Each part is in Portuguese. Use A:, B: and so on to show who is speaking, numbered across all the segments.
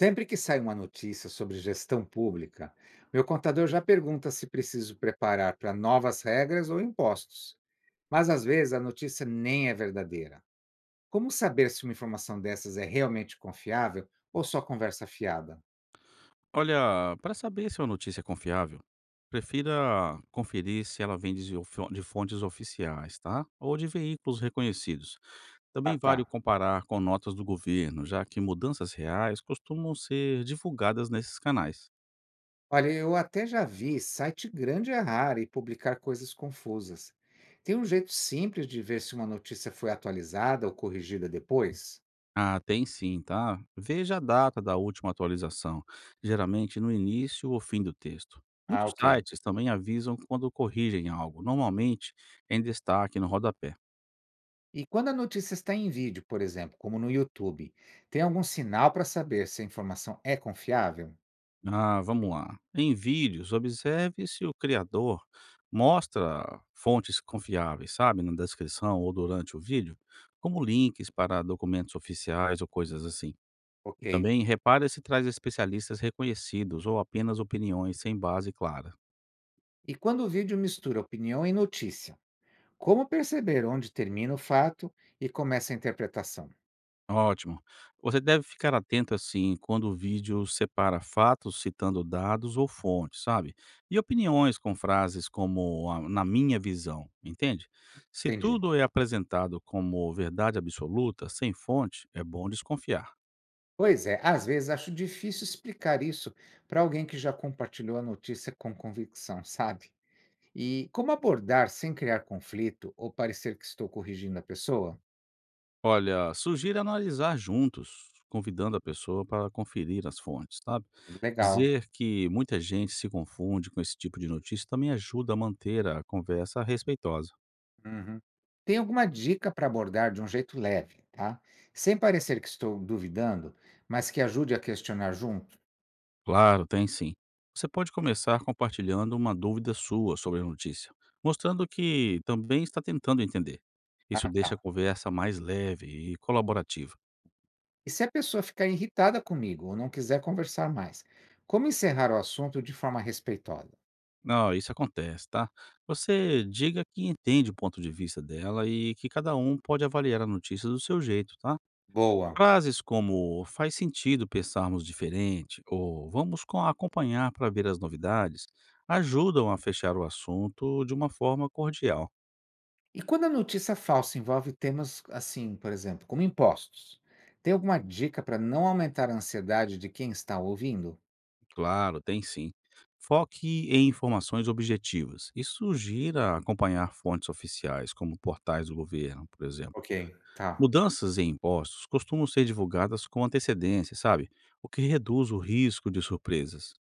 A: Sempre que sai uma notícia sobre gestão pública, meu contador já pergunta se preciso preparar para novas regras ou impostos. Mas às vezes a notícia nem é verdadeira. Como saber se uma informação dessas é realmente confiável ou só conversa fiada?
B: Olha, para saber se uma notícia é confiável, prefira conferir se ela vem de fontes oficiais, tá? Ou de veículos reconhecidos.
A: Ah,
B: Também
A: tá.
B: vale comparar com notas do governo, já que mudanças reais costumam ser divulgadas nesses canais.
A: Olha, eu até já vi site grande errar e publicar coisas confusas. Tem um jeito simples de ver se uma notícia foi atualizada ou corrigida depois?
B: Ah, tem sim, tá? Veja a data da última atualização, geralmente no início ou fim do texto.
A: Ah,
B: Muitos
A: ok.
B: sites também avisam quando corrigem algo, normalmente em destaque no rodapé.
A: E quando a notícia está em vídeo, por exemplo, como no YouTube, tem algum sinal para saber se a informação é confiável?
B: Ah, vamos lá. Em vídeos, observe se o criador mostra fontes confiáveis, sabe, na descrição ou durante o vídeo, como links para documentos oficiais ou coisas assim.
A: Ok.
B: Também repare se traz especialistas reconhecidos ou apenas opiniões sem base clara.
A: E quando o vídeo mistura opinião e notícia, como perceber onde termina o fato e começa a interpretação?
B: Ótimo. Você deve ficar atento, assim, quando o vídeo separa fatos citando dados ou fontes, sabe? E opiniões com frases como na minha visão, entende? Se
A: Entendi.
B: tudo é apresentado como verdade absoluta, sem fonte, é bom desconfiar.
A: Pois é, às vezes acho difícil explicar isso para alguém que já compartilhou a notícia com convicção, sabe? E como abordar sem criar conflito ou parecer que estou corrigindo a pessoa?
B: Olha, sugiro analisar juntos, convidando a pessoa para conferir as fontes, sabe?
A: Legal.
B: Dizer que muita gente se confunde com esse tipo de notícia também ajuda a manter a conversa respeitosa.
A: Uhum. Tem alguma dica para abordar de um jeito leve, tá? Sem parecer que estou duvidando, mas que ajude a questionar junto,
B: Claro, tem sim. Você pode começar compartilhando uma dúvida sua sobre a notícia, mostrando que também está tentando entender. Isso
A: tá?
B: deixa a conversa mais leve e colaborativa.
A: E se a pessoa ficar irritada comigo ou não quiser conversar mais, como encerrar o assunto de forma respeitosa?
B: Não, isso acontece, tá? Você diga que entende o ponto de vista dela e que cada um pode avaliar a notícia do seu jeito, tá?
A: Boa.
B: Frases como faz sentido pensarmos diferente ou acompanhar para ver as novidades ajudam a fechar o assunto de uma forma cordial.
A: E quando a notícia falsa envolve temas assim, por exemplo, como impostos, tem alguma dica para não aumentar a ansiedade de quem está ouvindo?
B: Claro, tem sim. Foque em informações objetivas e sugira acompanhar fontes oficiais, como portais do governo, por exemplo.
A: Ok. Tá.
B: Mudanças em impostos costumam ser divulgadas com antecedência, sabe? O que reduz o risco de surpresas.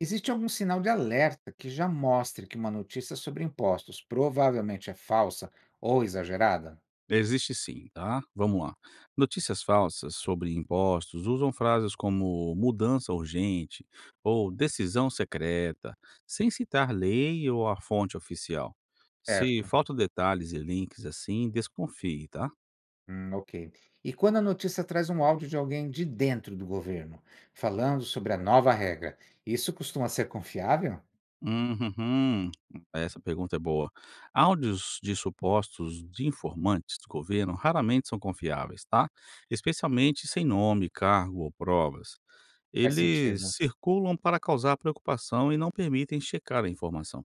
A: Existe algum sinal de alerta que já mostre que uma notícia sobre impostos provavelmente é falsa ou exagerada?
B: Existe sim, tá? Vamos lá. Notícias falsas sobre impostos usam frases como mudança urgente ou decisão secreta, sem citar lei ou a fonte oficial. Se
A: Certo.
B: faltam detalhes e links assim, desconfie, tá?
A: Ok. E quando a notícia traz um áudio de alguém de dentro do governo, falando sobre a nova regra, isso costuma ser confiável?
B: Uhum. Essa pergunta é boa. Áudios de supostos de informantes do governo raramente são confiáveis, tá? Especialmente sem nome, cargo ou provas.
A: Faz sentido.
B: Eles circulam para causar preocupação e não permitem checar a informação.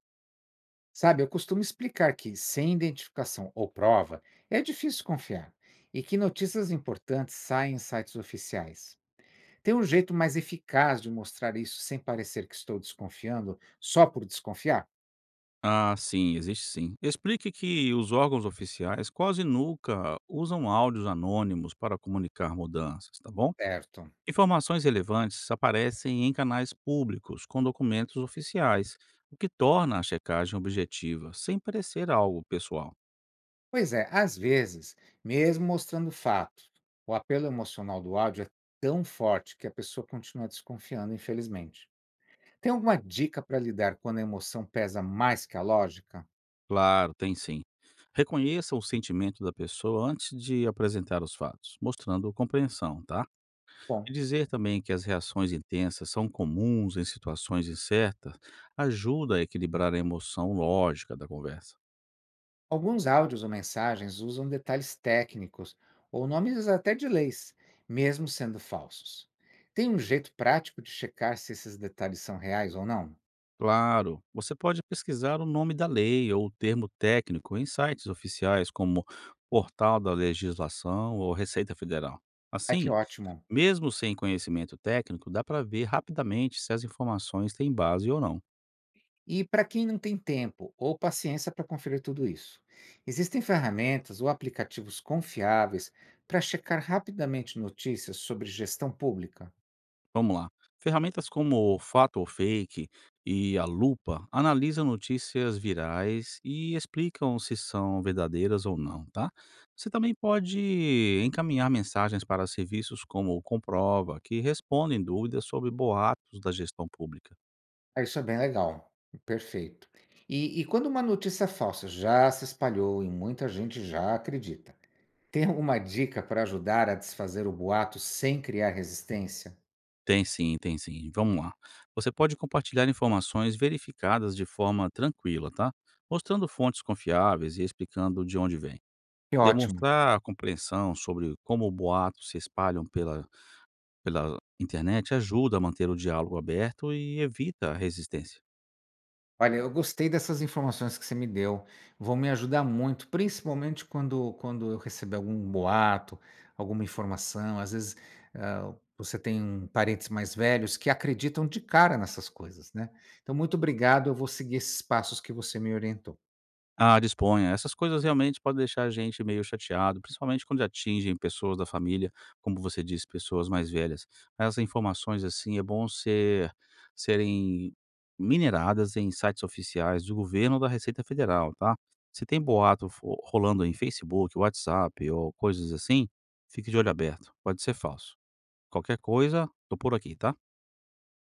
A: Sabe, eu costumo explicar que, sem identificação ou prova, é difícil confiar e que notícias importantes saem em sites oficiais. Tem um jeito mais eficaz de mostrar isso sem parecer que estou desconfiando só por desconfiar?
B: Ah, sim, existe sim. Explique que os órgãos oficiais quase nunca usam áudios anônimos para comunicar mudanças, tá bom?
A: Certo.
B: Informações relevantes aparecem em canais públicos com documentos oficiais, o que torna a checagem objetiva, sem parecer algo pessoal.
A: Pois é, às vezes, mesmo mostrando fatos, o apelo emocional do áudio é tão forte que a pessoa continua desconfiando, infelizmente. Tem alguma dica para lidar quando a emoção pesa mais que a lógica?
B: Claro, tem sim. Reconheça o sentimento da pessoa antes de apresentar os fatos, mostrando compreensão, tá?
A: Bom,
B: E dizer também que as reações intensas são comuns em situações incertas ajuda a equilibrar a emoção lógica da conversa.
A: alguns áudios ou mensagens usam detalhes técnicos ou nomes até de leis, mesmo sendo falsos. Tem um jeito prático de checar se esses detalhes são reais ou não?
B: Claro, você pode pesquisar o nome da lei ou o termo técnico em sites oficiais como Portal da Legislação ou Receita Federal.
A: Ai, que
B: Assim,
A: ótimo.
B: mesmo sem conhecimento técnico, dá para ver rapidamente se as informações têm base ou não.
A: E para quem não tem tempo ou paciência para conferir tudo isso, existem ferramentas ou aplicativos confiáveis para checar rapidamente notícias sobre gestão pública?
B: Vamos lá. Ferramentas como o Fato ou Fake e a Lupa analisam notícias virais e explicam se são verdadeiras ou não, tá? Você também pode encaminhar mensagens para serviços como o Comprova, que respondem dúvidas sobre boatos da gestão pública.
A: Ah, isso é bem legal. Perfeito. E quando uma notícia falsa já se espalhou e muita gente já acredita, tem alguma dica para ajudar a desfazer o boato sem criar resistência?
B: Tem sim, tem sim. Vamos lá. Você pode compartilhar informações verificadas de forma tranquila, tá? Mostrando fontes confiáveis e explicando de onde vem.
A: Que ótimo.
B: Demonstrar compreensão sobre como boatos se espalham pela internet ajuda a manter o diálogo aberto e evita a resistência.
A: Olha, eu gostei dessas informações que você me deu. Vão me ajudar muito, principalmente quando eu receber algum boato, alguma informação. Às vezes, você tem parentes mais velhos que acreditam de cara nessas coisas, né? Então, muito obrigado. Eu vou seguir esses passos que você me orientou.
B: Ah, disponha. Essas coisas realmente podem deixar a gente meio chateado, principalmente quando atingem pessoas da família, como você disse, pessoas mais velhas. Essas informações, assim, é bom ser, serem mineradas em sites oficiais do governo ou da Receita Federal, tá? Se tem rolando em Facebook, WhatsApp ou coisas assim, fique de olho aberto. Pode ser falso. Qualquer coisa, tô por aqui, tá?